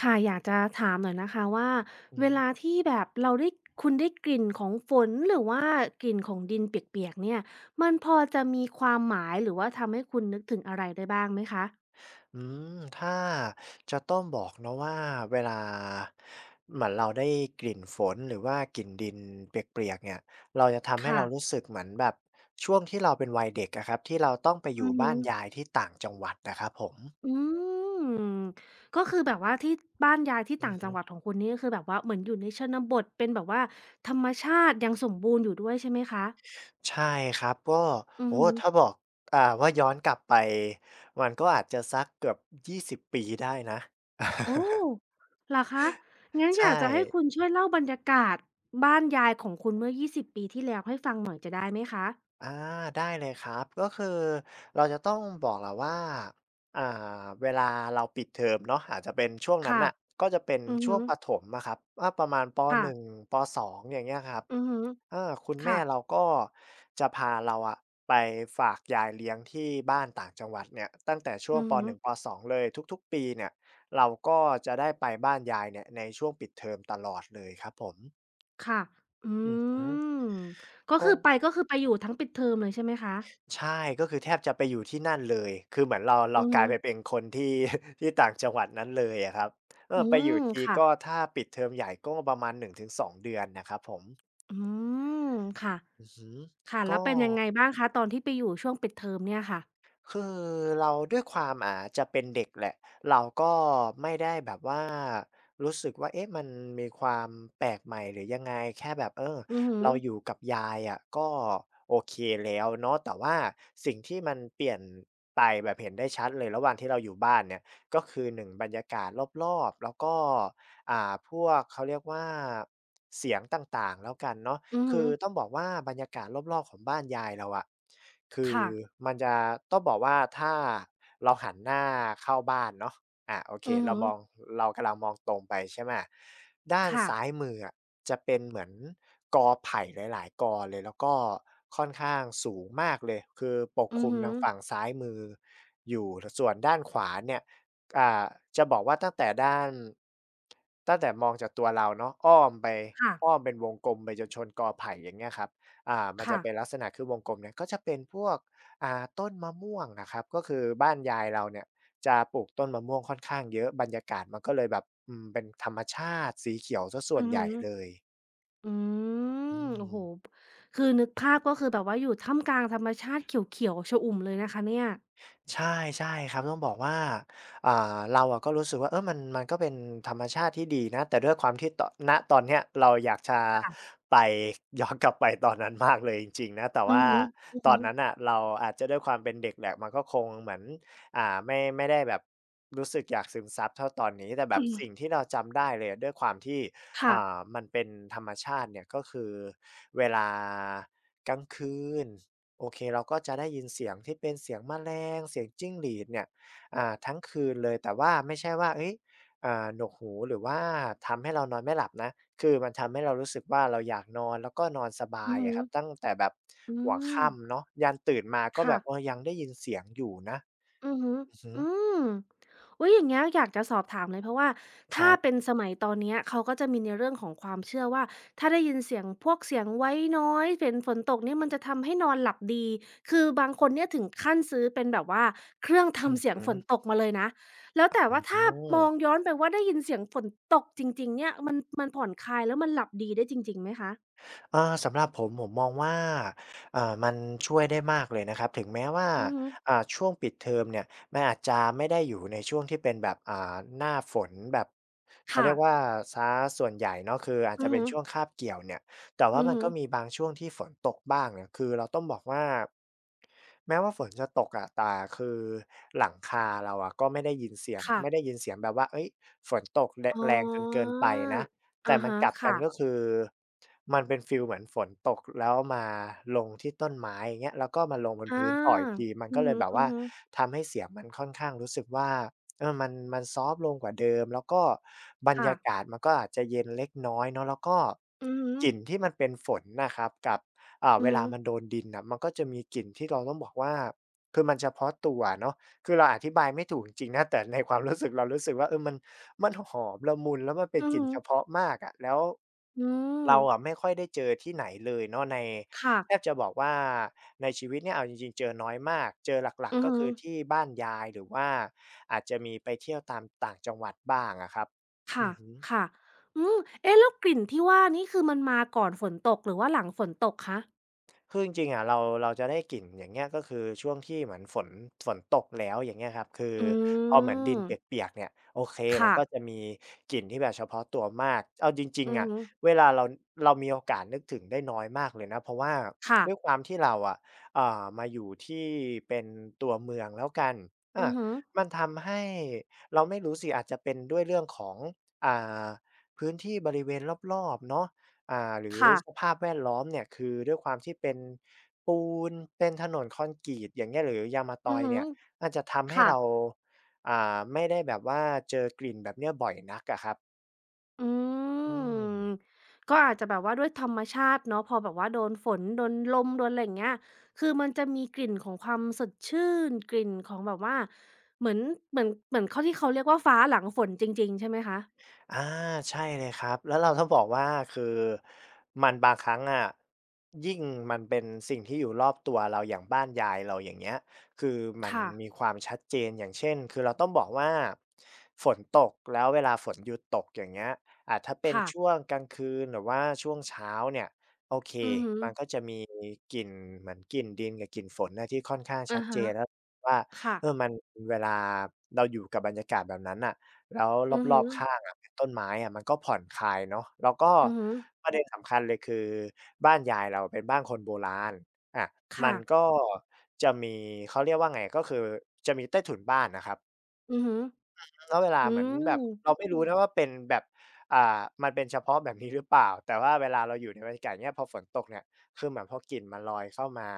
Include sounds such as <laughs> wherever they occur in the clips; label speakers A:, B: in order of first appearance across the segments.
A: ค่ะอยากจะถามหน่อยนะคะว่า
B: อื
A: เว
B: ม
A: ลาที่แบบเราได้คุณได้กลิ่นของฝนหรือว่ากลิ่นของดินเปียกๆเนี่ยมันพอจะมีความหมายหรือว่าทำให้คุณนึกถึงอะไรได้บ้างไหมคะ
B: อืมถ้าจะต้องบอกเนาะว่าเวลาเหมือนเราได้กลิ่นฝนหรือว่ากลิ่นดินเปียกๆเนี่ยเราจะทำให้เรา
A: ค่ะ
B: รู้สึกเหมือนแบบช่วงที่เราเป็นวัยเด็กอะครับที่เราต้องไปอ
A: อื
B: ยู่
A: อฮึ
B: บ้านยายที่ต่างจังหวัดนะครับผม
A: อืมก็คือแบบว่าที่บ้านยายที่
B: อื
A: ต่า
B: อ
A: งจั
B: ฮึ
A: งหวัดของคุณนี่ก็คือแบบว่าเหมือนอยู่ในชนบทเป็นแบบว่าธรรมชาติยังสมบูรณ์อยู่ด้วยใช่ไหมคะ
B: ใช่ครับก็
A: อือ
B: โอ้
A: ฮึ
B: โฮถ้าบอกว่าย้อนกลับไป <laughs> มันก็อาจจะสักเกือบ20ปีได้นะ
A: โอ้
B: <laughs>
A: เหรอคะงั้น
B: ใช
A: อยากจะให้คุณ
B: ่
A: ช่วยเล่าบรรยากาศบ้านยายของคุณเมื่อ20ปีที่แล้วให้ฟังหน่อยจะได้ไหมคะ
B: อาได้เลยครับก็คือเราจะต้องบอกแหละว่าอ่าเวลาเราปิดเทอมเนาะอาจจะเป็นช่วงนั้น
A: ค่ะ
B: น่ะก็จะเป็น
A: อือ
B: ช่
A: ฮึ
B: วงประถมอะครับว่าประมาณป
A: ค่ะ
B: หนึ่งปสองอย่างเงี้ยครับ
A: อือฮึ
B: อ่าคุณแม่
A: ค่ะ
B: เราก็จะพาเราอะไปฝากยายเลี้ยงที่บ้านต่างจังหวัดเนี่ยตั้งแต่ช่ว
A: อื
B: ง
A: อ
B: ปห
A: ฮึ
B: นึ่งปสองเลยทุกๆปีเนี่ยเราก็จะได้ไปบ้านยายเนี่ยในช่วงปิดเทอมตลอดเลยครับผม
A: ค่ะอื
B: อือหือ
A: มก็
B: ก็
A: คือไปก็คือไปอยู่ทั้งปิดเทอมเลยใช่ไหมคะ
B: ใช่ก็คือแทบจะไปอยู่ที่นั่นเลยคือเหมือนเรา
A: อือ
B: ก
A: ฮึ
B: ลายไปเป็นคนที่ <laughs> ที่ต่างจังหวัดนั้นเลยอะครับเอ
A: อื
B: อไปอยู่
A: ม
B: ที
A: ค่ะ
B: ก็ถ้าปิดเทอมใหญ่ก็ประมาณ1-2เดือนนะครับผม
A: อืมค่ะ
B: อือฮึ
A: ค่ะแล้ว
B: ก็
A: เป็นยังไงบ้างคะตอนที่ไปอยู่ช่วงปิดเทอมเนี่ยค่ะ
B: คือเราด้วยความจะเป็นเด็กแหละเราก็ไม่ได้แบบว่ารู้สึกว่าเอ๊ะมันมีความแปลกใหม่หรือยังไงแค่แบบเออ
A: อือฮึ
B: เราอยู่กับยายอะก็โอเคแล้วเนาะแต่ว่าสิ่งที่มันเปลี่ยนไปแบบเห็นได้ชัดเลยระหว่างที่เราอยู่บ้านเนี่ยก็คือ1บรรยากาศรอบๆแล้วก็พวกเขาเรียกว่าเสียงต่างๆแล้วกันเนาะ
A: อือฮึ
B: คือต้องบอกว่าบรรยากาศรอบๆของบ้านยายเราอะคือ
A: ค่ะ
B: มันจะต้องบอกว่าถ้าเราหันหน้าเข้าบ้านเนาะโอเค
A: อือ
B: เรา
A: ฮึ
B: มองเรากำลังมองตรงไปใช่ไหมด้าน
A: ค่ะ
B: ซ้ายมืออะจะเป็นเหมือนกอไผ่หลายๆกอเลยแล้วก็ค่อนข้างสูงมากเลย คือปก
A: อื
B: ค
A: อ
B: ลุม
A: ฮึ
B: ทางฝั่งซ้ายมืออยู่ส่วนด้านขวาเนี่ย อ่าจะบอกว่าตั้งแต่มองจากตัวเราเนาะอ้อมไป
A: ค่ะ
B: อ้อมเป็นวงกลมไปจนชนกอไผ่อย่างเงี้ยครับมันจะ
A: ค่ะ
B: เป็นลักษณะคือวงกลมเนี่ยก็จะเป็นพวกต้นมะม่วงนะครับก็คือบ้านยายเราเนี่ยจะปลูกต้นมะม่วงค่อนข้างเยอะบรรยากาศมันก็เลยแบบอืมเป็นธรรมชาติสีเขียวเสียส่
A: อื
B: วน
A: อ
B: ให
A: ฮึ
B: ญ่เลย
A: อื
B: อื
A: ม โอ้
B: ม
A: โฮคือนึกภาพก็คือแบบว่าอยู่ท่ามกลางธรรมชาติเขียวๆชอุ่มเลยนะคะเนี่ย
B: ใช่ใช่ครับต้องบอกว่าอ่าเราอะก็รู้สึกว่าเออมันก็เป็นธรรมชาติที่ดีนะแต่ด้วยความที่ตอนณตอนเนี้ยเราอยากจะ
A: ค่ะ
B: ไป <laughs> ย้อนกลับไปตอนนั้นมากเลยจริงๆนะแต่
A: อือ
B: ว่า
A: ฮึอือ
B: ต
A: ฮึ
B: อนนั้นน่ะเราอาจจะด้วยความเป็นเด็กแหละมันก็คงเหมือนไม่ได้แบบรู้สึกอยากซึมซับเท่าตอนนี้แต่แบบสิ่งที่เราจำได้เลยอะด้วยความที่
A: ค่ะ
B: มันเป็นธรรมชาติเนี่ยก็คือเวลากลางคืน โอเคเราก็จะได้ยินเสียงที่เป็นเสียงแมลงเสียงจิ้งหรีดเนี่ยทั้งคืนเลยแต่ว่าไม่ใช่ว่าเฮ้ยหนวกหูหรือว่าทำให้เรานอนไม่หลับนะคือมันทำให้เรารู้สึกว่าเราอยากนอนแล้วก็นอนสบา
A: อื
B: ย
A: อฮึ
B: อะครับตั้งแต่แบบ
A: อื
B: หัว
A: ม
B: ค่ำเนาะยันตื่นมาก็แบ
A: ค่ะ
B: บเออยังได้ยินเสียงอยู่นะ
A: อือฮึ
B: อือฮึ
A: อืม อุ๊ยอย่างเงี้ยอยากจะสอบถามเลยเพราะว่า
B: ค
A: ถ้า
B: รั
A: เป็
B: บ
A: นสมัยตอนเนี้ยเขาก็จะมีในเรื่องของความเชื่อว่าถ้าได้ยินเสียงพวกเสียงไว้น้อยเสียงฝนตกเนี่ยมันจะทำให้นอนหลับดีคือบางคนเนี่ยถึงขั้นซื้อเป็นแบบว่าเครื่อง
B: อือ
A: ทำเสีย
B: ฮึ
A: งฝนตกมาเลยนะแล้วแต่ว่า
B: อื
A: ถ้ามอง
B: ม
A: ย้อนไปว่าได้ยินเสียงฝนตกจริงๆเนี่ยมันมันผ่อนคลายแล้วมันหลับดีได้จริงๆไหมคะ
B: เออสำหรับผมผมมองว่ามันช่วยได้มากเลยนะครับถึงแม้ว่า
A: อือฮึ
B: ช่วงปิดเทอมเนี่ยมันอาจจะไม่ได้อยู่ในช่วงที่เป็นแบบหน้าฝนแบบเขา
A: ค่ะ
B: เรียกว่าเสียส่วนใหญ่เนาะคืออาจ
A: อื
B: จะ
A: อ
B: เป็น
A: ฮึ
B: ช่วงคาบเกี่ยวเนี่ยแต่ว่า
A: อือ
B: มัน
A: ฮึ
B: ก็มีบางช่วงที่ฝนตกบ้างเนี่ยคือเราต้องบอกว่าแม้ว่าฝนจะตกอะแต่คือหลังคาเราอะก็
A: ค่ะ
B: ไม่ได้ยินเสียงแบบว่าเฮ้ยฝนตก
A: อ๋
B: แรงจนเกิ
A: อ
B: นไปนะ แต่
A: อะ
B: มัน
A: ฮะ
B: กลับกัน
A: ค่ะ
B: ก็คือมันเป็นฟีลเหมือนฝนตกแล้วมาลงที่ต้นไม้อย่างเงี้ยแล้วก็มาลงบน
A: อา
B: พื้นต่ออีกทีมัน
A: อื
B: ก็
A: อ
B: เล
A: ฮ
B: ยแบบว่า
A: ึๆ
B: ทำให้เสียงมันค่อนข้างรู้สึกว่าเออมันซอฟต์ลงกว่าเดิมแล้วก็บรร
A: ค่ะ
B: ยากาศมันก็อาจจะเย็นเล็กน้อยเนาะแล้วก็
A: อือฮึ
B: กลิ่นที่มันเป็นฝนนะครับกับ
A: อื
B: เว
A: อฮึ
B: ลามันโดนดินน่ะมันก็จะมีกลิ่นที่เราต้องบอกว่าคือมันเฉพาะตัวอะเนาะ คือเราอธิบายไม่ถูกจริงๆนะแต่ในความรู้สึกเรารู้สึกว่าเออมันหอมละมุนแล้วมันเป็น
A: อือ
B: กลิ่
A: ฮึ
B: นเฉพาะมากอะแล้ว
A: อืม
B: เราอะไม่ค่อยได้เจอที่ไหนเลยเนาะใน
A: ค่ะ
B: แทบจะบอกว่าในชีวิตเนี่ยเอาจริงๆเจอน้อยมากเจอหลัก
A: อือ
B: ๆก็
A: ฮึ
B: คือที่บ้านยายหรือว่าอาจจะมีไปเที่ยวตามต่างจังหวัดบ้างอะครับอื
A: ค่ะ
B: อฮึ
A: ค่ะอืมเอ๊ะแล้วกลิ่นที่ว่านี่คือมันมาก่อนฝนตกหรือว่าหลังฝนตกคะ
B: คือจริงๆอะเราจะได้กลิ่นอย่างเงี้ยก็คือช่วงที่เหมือนฝนตกแล้วอย่างเงี้ยครับคือ
A: อื
B: พอเหมือนดิน
A: ม
B: เปียกๆเนี่ยโอเคมัน
A: ค่ะ
B: ก็จะมีกลิ่นที่แบบเฉพาะตัวมากเอาจริง
A: อื
B: ๆ
A: อ
B: อะ
A: ฮึ
B: เวลาเรามีโอกาสนึกถึงได้น้อยมากเลยนะเพราะว่า
A: ค่ะ
B: ด้วยความที่เราอะมาอยู่ที่เป็นตัวเมืองแล้วกันอะ
A: อือฮึ
B: มันทำให้เราไม่รู้สิอาจจะเป็นด้วยเรื่องของอ่าพื้นที่บริเวณรอบๆเนาะ หรือ
A: ค่ะ
B: สภาพแวดล้อมเนี่ยคือด้วยความที่เป็นปูนเป็นถนนคอนกรีตอย่างเงี้ยหรือยางมะต
A: อื
B: อ
A: อ
B: ย
A: ฮึ
B: เนี่ยอาจจะทำให้
A: ค่ะ
B: เราไม่ได้แบบว่าเจอกลิ่นแบบเนี้ยบ่อยนักอะครับ
A: อื
B: อืม
A: มก็อาจจะแบบว่าด้วยธรรมชาติเนาะพอแบบว่าโดนฝนโดนลมโดนอะไรอย่างเงี้ยคือมันจะมีกลิ่นของความสดชื่นกลิ่นของแบบว่าเหมือนเหมือนเขาที่เขาเรียกว่าฟ้าหลังฝนจริงๆใช่ไหมคะ
B: อาใช่เลยครับแล้วเราต้องบอกว่าคือมันบางครั้งอะยิ่งมันเป็นสิ่งที่อยู่รอบตัวเราอย่างบ้านยายเราอย่างเงี้ยคือมัน
A: ค่ะ
B: มีความชัดเจนอย่างเช่นคือเราต้องบอกว่าฝนตกแล้วเวลาฝนหยุดตกอย่างเงี้ยถ้าเป็น
A: ค่ะ
B: ช่วงกลางคืนหรือว่าช่วงเช้าเนี่ยโอเค
A: อือฮึ
B: มันก็จะมีกลิ่นเหมือนกลิ่นดินกับกลิ่นฝนน่ะที่ค่อนข้างชั
A: อะ
B: ดเจ
A: ฮะ
B: นแล้วว่า
A: ค่ะ
B: เออมันเวลาเราอยู่กับบรรยากาศแบบนั้นน่ะ แล้ว
A: อือ
B: ร
A: ฮึ
B: อบๆข้างอะเป็นต้นไม้อะมันก็ผ่อนคลายเนาะแล้วก็
A: อือฮึ
B: ประเด็นสำคัญเลยคือบ้านยายเราเป็นบ้านคนโบราณอามั
A: ค่ะ
B: นก็จะมีเขาเรียกว่าไงก็คือจะมีใต้ถุนบ้านน่ะครับ
A: อือฮึ
B: แล้วเวลา
A: อื
B: เหมือนแบบเรา
A: ม
B: ไม่รู้นะว่าเป็นแบบอ่ามันเป็นเฉพาะแบบนี้หรือเปล่าแต่ว่าเวลาเราอยู่ในบรรยากาศเนี้ยพอฝนตกเนี่ยคือเหมือนพอกลิ่นมันลอยเข้ามา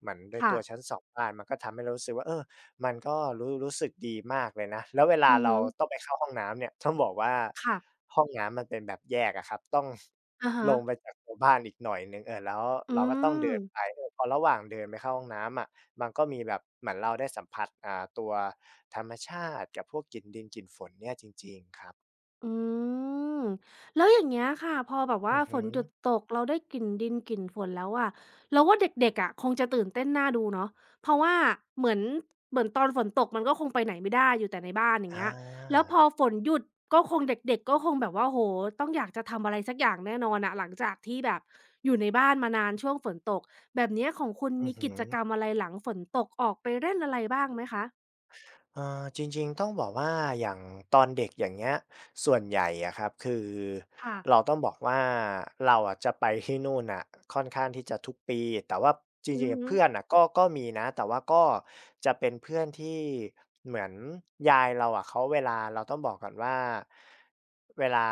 B: เหมือนโดย
A: ค่ะ
B: ตัวชั้นสองบ้านมันก็ทำให้เรารู้สึกว่าเออมันก็รู้สึกดีมากเลยนะแล้วเวลา
A: อือ
B: เรา
A: ฮึ
B: ต้องไปเข้าห้องน้ำเนี่ยต้องบอกว่า
A: ค่ะ
B: ห้องน้ำมันเป็นแบบแยกอะครับต้อง
A: อะฮะ
B: ลงไปจากตัวบ้านอีกหน่อยหนึ่งเออแล้ว
A: อื
B: เราก็ต้องเดิ
A: ม
B: นไปเออพอระหว่างเดินไปเข้าห้องน้ำอะ มันก็มีแบบเหมือนเราได้สัมผัสตัวธรรมชาติกับพวกกลิ่นดินกลิ่นฝนเนี่ยจริงๆครับ
A: อืมแล้วอย่างเงี้ยค่ะพอแบบว่า
B: อือ
A: ฝ
B: หึ
A: น
B: อ
A: หยุดตกเราได้กลิ่นดินกลิ่นฝนแล้วอะเราว่าเด็กๆอะคงจะตื่นเต้นน่าดูเนาะเพราะว่าเหมือนตอนฝนตกมันก็คงไปไหนไม่ได้อยู่แต่ในบ้านอย่าง
B: อ่
A: เงี้ยแล้วพ
B: า
A: อฝนหยุดก็คงเด็กๆก็คงแบบว่าโหต้องอยากจะทำอะไรสักอย่างแน่นอนอะหลังจากที่แบบอยู่ในบ้านมานานช่วงฝนตกแบบเนี้ยของคุณ
B: อือ
A: มี
B: ฮึ
A: กิจกรรมอะไรหลังฝนตกออกไปเล่นอะไรบ้างไหมคะ
B: จริงๆต้องบอกว่าอย่างตอนเด็กอย่างเงี้ยส่วนใหญ่อะครับคือ
A: ค่ะ
B: เราต้องบอกว่าเราอะจะไปที่นู่นอะค่อนข้างที่จะทุกปีแต่ว่าจ
A: อื
B: ริ
A: อ
B: งๆ
A: ฮึ
B: เพื่อนอะก็มีนะแต่ว่าก็จะเป็นเพื่อนที่เหมือนยายเราอะเขาเวลาเราต้องบอกก่อนว่า เวลา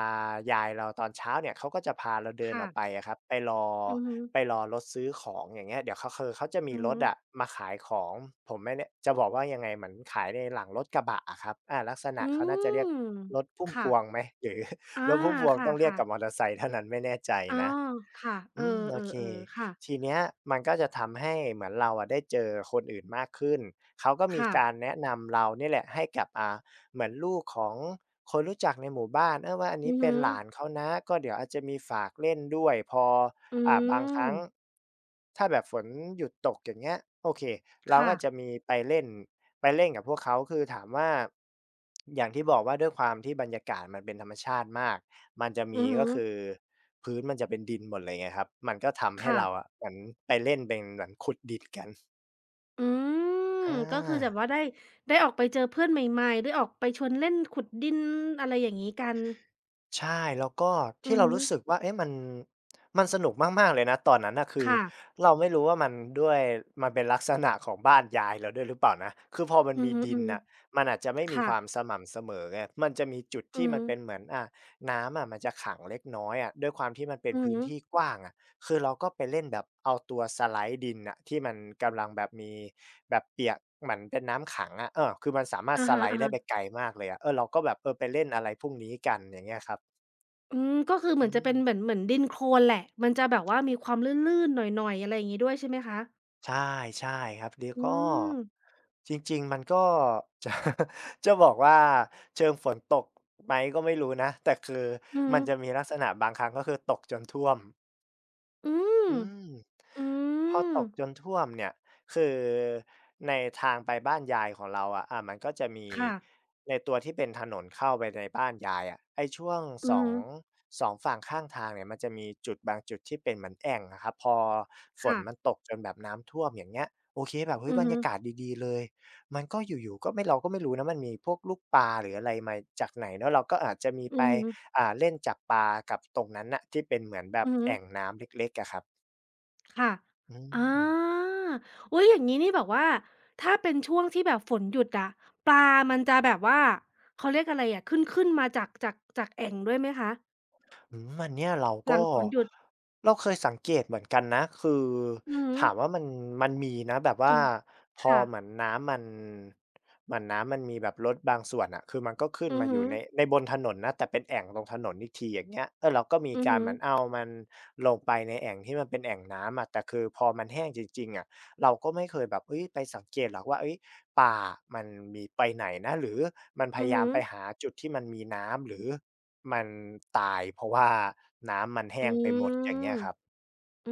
B: ยายเราตอนเช้าเนี่ยเขาก็จะพาเราเดินอ
A: ค่ะ
B: อกไปอะครับไปรอ
A: อือฮึ
B: ไปรอรถซื้อของอย่างเงี้ยเดี๋ยวเขาคือเขาจะมี
A: อือ
B: รถ
A: ฮึ
B: อะมาขายของผมไม่แน่จะบอกว่ายังไงเหมือนขายในหลังรถกระบะอะครับอาลักษณะ
A: อื
B: เขาน่าจะเรียก
A: ม
B: รถพุ่มพ
A: ค่ะ
B: วงไหมหรือ <laughs>
A: อา
B: รถพุ่มพวง
A: ค
B: ต้องเรียก
A: ่ะ
B: กับมอเต
A: ๆ
B: อร์ไซค์เท่านั้นไม่แน่ใจ
A: อ๋อ
B: นะ
A: ค่ะเอ
B: อืมโอเค
A: อๆๆค่ะ
B: ทีเนี้ยมันก็จะทำให้เหมือนเราอะได้เจอคนอื่นมากขึ้นเขาก็มี
A: ค่ะ
B: การแนะนำเราเนี่ยแหละให้กับเหมือนลูกของคนรู้จักในหมู่บ้านเออว่าอันนี้
A: อือ
B: เป็
A: ฮึ
B: นหลานเขานะก็เดี๋ยวอาจจะมีฝากเล่นด้วยพอ
A: อื
B: บางค
A: ม
B: รั้งถ้าแบบฝนหยุดตกอย่างเงี้ยโอเคเรา
A: ค่ะ
B: ก็จะมีไปเล่นไปเล่นกับพวกเขาคือถามว่าอย่างที่บอกว่าด้วยความที่บรรยากาศมันเป็นธรรมชาติมากมันจะ
A: อื
B: มี
A: อฮึ
B: ก็คือ พื้นมันจะเป็นดินหมดเลยไงครับ มันก็ทำให้
A: ค่ะ
B: เราอะเหมือนไปเล่นเป็นเหมือนขุดดินกัน
A: อืม
B: อา
A: ก็คือแบบว่าได้ได้ออกไปเจอเพื่อนใหม่ๆได้ออกไปชวนเล่นขุดดินอะไรอย่างงี้กัน
B: ใช่แล้วก็
A: อื
B: ที่
A: อ
B: เรา
A: ฮึ
B: รู้สึกว่าเอ๊ะมันสนุกมากๆเลยนะตอนนั้นน่ะคือ
A: ค่ะ
B: เราไม่รู้ว่ามันด้วยมันเป็นลักษณะของบ้านยายเราด้วยหรือเปล่านะคือพอมัน
A: อือ
B: มี
A: ฮึ
B: ดินน่ะมันอาจจะไม่
A: ๆ
B: มี
A: ค่ะ
B: ความสม่ำเสมอไงมันจะมีจุด
A: อือ
B: ที่
A: ฮึ
B: มันเป็นเหมือนน้ำอะมันจะขังเล็กน้อยอะด้วยความที่มันเป็น
A: อือ
B: พื้น
A: ฮึ
B: ที่กว้างอะคือเราก็ไปเล่นแบบเอาตัวสไลด์ดินน่ะที่มันกำลังแบบมีแบบเปียกเหมือนเป็นน้ำขังอะเออคือมันสามารถ
A: อะ
B: ส
A: ฮะ
B: ไลด์ได้ไปไก
A: ๆ
B: ลมากเลยอะเออเราก็แบบเออไปเล่นอะไรพวกนี้กันอย่างเงี้ยครับ
A: อืมก็คือเหมือนจะ
B: อื
A: เป็
B: ม
A: นเหมือนดินโคลนแหละมันจะแบบว่ามีความลื่นๆหน่อยๆอะไรอย่างงี้ด้วยใช่ไหมคะ
B: ใช่ใช่ครับเดี๋ยว
A: อื
B: ก็
A: ม
B: จริงๆมันก็จะ <laughs> จะบอกว่าเชิงฝนตกไหมก็ไม่รู้นะแต่คือ
A: อือ
B: มั
A: ฮึ
B: นจะมีลักษณะบางครั้งก็คือตกจนท่วม
A: อืม
B: อืม
A: อื
B: พอ
A: ม
B: ตกจนท่วมเนี่ยคือในทางไปบ้านยายของเราอะมันก็จะมี
A: ค่ะ
B: ในตัวที่เป็นถนนเข้าไปในบ้านยายอะไอ้ช่วง
A: อื
B: ส
A: อ
B: อง
A: ฮึ
B: สองฝั่งข้างทางเนี่ยมันจะมีจุดบางจุดที่เป็นเหมือนแอ่งอะครับพอฝน
A: ค่ะ
B: มันตกจนแบบน้ำท่วมอย่างเงี้ยโอเคแบบเฮ้ย
A: อือ
B: บรร
A: ฮึ
B: ยากาศดีๆเลยมันก็อยู่ๆก็ไม่เราก็ไม่รู้นะมันมีพวกลูกปลาหรืออะไรมาจากไหนเนาะเราก็อาจจะมี
A: อื
B: ไป
A: อฮึ
B: เล่นจับปลากับตรงนั้นน่ะที่เป็นเหมือนแบบ
A: อือฮึ
B: แอ่งน้ำเล็กๆอะครับ
A: ค่ะ
B: อืม
A: อ
B: อืม
A: าอุ๊ยอย่างงี้นี่แบบว่าถ้าเป็นช่วงที่แบบฝนหยุดอะปลามันจะแบบว่าเขาเรียกอะไรอะขึ้นขึ้นมาจากแอ่งด้วยไหมคะ
B: อันเนี้ยเรา
A: หลั
B: ก็
A: งฝนหยุด
B: เราเคยสังเกตเหมือนกันนะคือ
A: อือฮึ
B: ถามว่ามันมันมีนะแบบว่าพอ
A: ค่ะ
B: เหมือนน้ำมันมีแบบลดบางส่วนอะคือมันก็ขึ้น
A: อือ
B: มาอ
A: ฮึ
B: ยู่ในบนถนนนะแต่เป็นแอ่งตรงถนนอีกทีอย่างเงี้ยเออเราก็มี
A: อือ
B: การ
A: ฮึ
B: เหมือนเอามันลงไปในแอ่งที่มันเป็นแอ่งน้ำอะแต่คือพอมันแห้งจริงๆอะเราก็ไม่เคยแบบเฮ้ยไปสังเกตหรอกว่าเฮ้ยปลาอะมันมีไปไหนนะหรือมันพ
A: อือ
B: ยายา
A: ฮึ
B: มไปหาจุดที่มันมีน้ำหรือ มันตายเพราะว่าน้ำมันแห้
A: อื
B: งไปหมดอย่างเงี้
A: ม
B: ยครับ
A: อื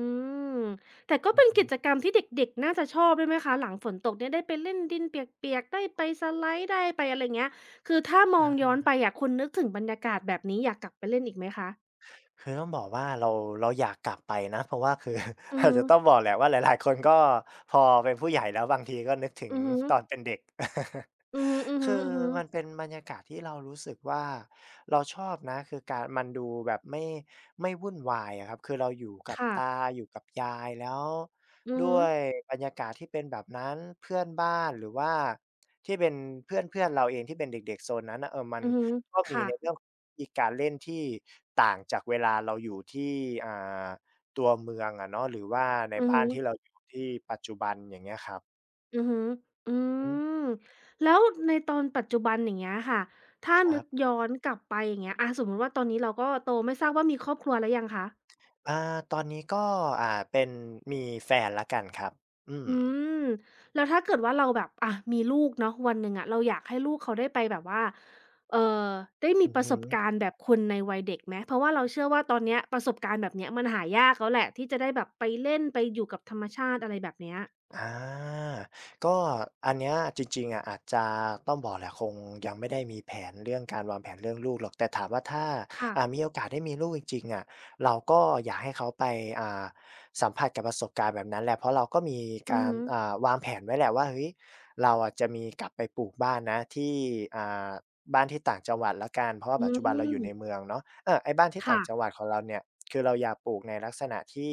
A: มแต่ก็
B: อื
A: เป็
B: อ
A: น
B: ฮึ
A: กิจกรรมที่เด็กๆน่าจะชอบด้วยไหมคะหลังฝนตกเนี่ยได้ไปเล่นดินเปียกๆได้ไปสไลด์ได้ไปอะไรเงี้ยคือถ้ามองย้อ
B: อา
A: นไปอะคุณนึกถึงบรรยากาศแบบนี้อยากกลับไปเล่นอีกไหมคะ
B: คือต้องบอกว่าเราเราอยากกลับไปนะเพราะว่าคือ
A: อื
B: <laughs>
A: อ
B: อาจ
A: ฮึ
B: จะต้องบอกแหละว่าหลายๆคนก็พอเป็นผู้ใหญ่แล้วบางทีก็นึกถึง
A: อือฮึ
B: ตอนเป็นเด็ก
A: อือฮึอือ
B: <laughs>
A: ฮึ
B: คือ
A: อือฮึ
B: มันเป็นบรรยากาศที่เรารู้สึกว่าเราชอบนะคือการมันดูแบบไม่วุ่นวายอะครับคือเราอยู่กับ
A: ค่ะ
B: ตาอยู่กับยายแล้ว
A: อือ
B: ด้
A: ฮึ
B: วยบรรยากาศที่เป็นแบบนั้นเพื่อนบ้านหรือว่าที่เป็นเพื่อนเพื่อนเราเองที่เป็นเด็กๆโซนนั้นนะเออมัน
A: อือฮึ
B: ก็มี
A: ค่ะ
B: ในเรื่องของวิธีการเล่นที่ต่างจากเวลาเราอยู่ที่อ่าตัวเมืองอะเนาะหรือว่าใน
A: อือฮึ
B: บ้านที่เราอยู่ที่ปัจจุบันอย่างเงี้ยครับ
A: อือฮึอื
B: อืม
A: มแล้วในตอนปัจจุบันอย่างเงี้ยค่ะถ้า
B: ครั
A: นึ
B: บ
A: กย้อนกลับไปอย่างเงี้ยอาสมมุติว่าตอนนี้เราก็โตไม่ทราบว่ามีครอบครัวแล้วยังคะ
B: อ่าตอนนี้ก็เป็นมีแฟนแล้วกันครับอืม
A: อืมแล้วถ้าเกิดว่าเราแบบอะมีลูกเนาะวันหนึ่งอะเราอยากให้ลูกเขาได้ไปแบบว่าเอ่อได้มี
B: อือ
A: ประส
B: ฮึ
A: บการณ์แบบคนในวัยเด็กไหมเพราะว่าเราเชื่อว่าตอนเนี้ยประสบการณ์แบบเนี้ยมันหายากแล้วแหละที่จะได้แบบไปเล่นไปอยู่กับธรรมชาติอะไรแบบเนี้ย
B: อาก็อันเนี้ยจริงๆอะอาจจะต้องบอกแหละคงยังไม่ได้มีแผนเรื่องการวางแผนเรื่องลูกหรอกแต่ถามว่าถ้า
A: ค่ะ
B: มีโอกาสได้มีลูกจริงๆอะเราก็อยากให้เขาไปอ่าสัมผัสกับประสบการณ์แบบนั้นแหละเพราะเราก็มี
A: อื
B: กา
A: อ
B: ร
A: ฮึ
B: วางแผนไว้แหละว่าเฮ้ยเราอะจะมีกลับไปปลูกบ้านนะที่อ่าบ้านที่ต่างจังหวัดแล้วกันเพราะว่า
A: อื
B: ปัจจุบันเราอ
A: ม
B: ยู่ในเมืองเนาะเออไอ้บ้านที่ต่า
A: ค่ะ
B: งจังหวัดของเราเนี่ยคือเราอยากปลูกในลักษณะที่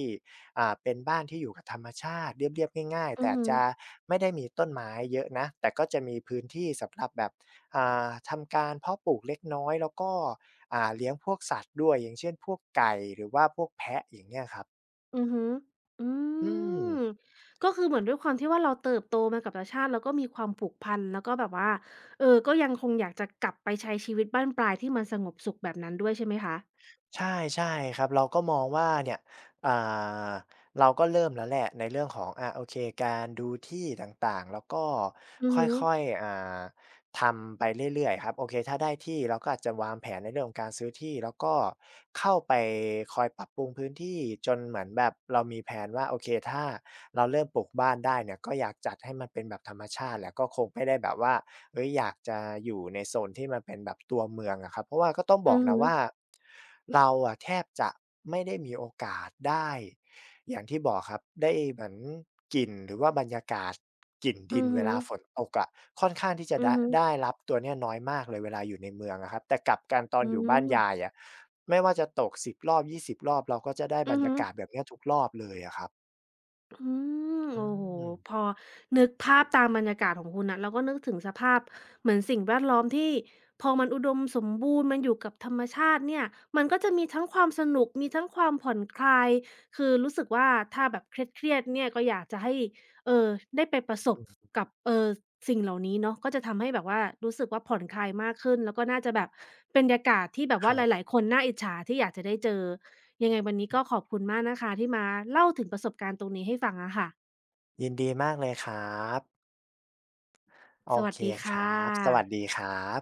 B: เป็นบ้านที่อยู่กับธรรมชาติเรียบๆง่ายๆ
A: อือ
B: แต่
A: ฮึ
B: จะไม่ได้มีต้นไม้เยอะนะแต่ก็จะมีพื้นที่สำหรับแบบทำการเพาะปลูกเล็กน้อยแล้วก็เลี้ยงพวกสัตว์ด้วยอย่างเช่นพวกไก่หรือว่าพวกแพะอย่างเงี้ยครับ
A: อือฮึอื
B: อืม
A: มก็คือเหมือนด้วยความที่ว่าเราเติบโตมากับต่างชาติแล้วก็มีความผูกพันแล้วก็แบบว่าเออก็ยังคงอยากจะกลับไปใช้ชีวิตบั้นปลายที่มันสงบสุขแบบนั้นด้วยใช่ไหมคะ
B: ใช่ใช่ครับเราก็มองว่าเนี่ยอ่าเราก็เริ่มแล้วแหละในเรื่องของโอเคการดูที่ต่างๆแล้วก็
A: อือ
B: ค
A: ฮึ
B: ่อยๆทำไปเรื่อยๆครับโอเคถ้าได้ที่เราก็อาจจะวางแผนในเรื่องของการซื้อที่แล้วก็เข้าไปคอยปรับปรุงพื้นที่จนเหมือนแบบเรามีแพลนว่าโอเคถ้า เราเริ่มปลูกบ้านได้เนี่ยก็อยากจัดให้มันเป็นแบบธรรมชาติแหละก็คงไม่ได้แบบว่าเฮ้ยอยากจะอยู่ในโซนที่มันเป็นแบบตัวเมืองอะครับเพราะว่าก็ต้องบ
A: อื
B: อก
A: อฮึ
B: นะว่าเราอะแทบจะไม่ได้มีโอกาสได้อย่างที่บอกครับได้เหมือนกลิ่นหรือว่าบรรยากาศกลิ่นดิ
A: อื
B: น
A: อ
B: เว
A: ฮึ
B: ลาฝนตกอะค่อนข้างที่จะ
A: อือ
B: ได้
A: ฮึ
B: รับตัวเนี้ยน้อยมากเลยเวลาอยู่ในเมืองอะครับแต่กลับกันตอน
A: อื
B: อ
A: อ
B: ยู่
A: ฮึ
B: บ้านยายอะไม่ว่าจะตก10รอบ20รอบเราก็จะได้
A: อืมอื
B: บร
A: อ
B: ร
A: ฮึ
B: ยากาศแบบเนี้ยทุกรอบเลยอะครับ
A: อืม
B: อื
A: โอ้โฮ
B: ม
A: พอนึกภาพตามบรรยากาศของคุณน่ะเราก็นึกถึงสภาพเหมือนสิ่งแวดล้อมที่พอมันอุดมสมบูรณ์มันอยู่กับธรรมชาติเนี่ยมันก็จะมีทั้งความสนุกมีทั้งความผ่อนคลายคือรู้สึกว่าถ้าแบบเครียดๆเนี่ยก็อยากจะให้เอ่อได้ไปประสบ กับสิ่งเหล่านี้เนาะก็จะทำให้แบบว่ารู้สึกว่าผ่อนคลายมากขึ้นแล้วก็น่าจะแบบเป็นบรรยากาศที่แบบ
B: ค
A: ว่า
B: รั
A: ห
B: บ
A: ลายๆคนน่าอิจฉาที่อยากจะได้เจอยังไงวันนี้ก็ขอบคุณมากนะคะที่มาเล่าถึงประสบการณ์ตรงนี้ให้ฟังอะค่ะ
B: ยินดีมากเลยครับโอ
A: สวัส
B: เค
A: ดี
B: ค
A: ค่ะ
B: รับสวัสดีครับ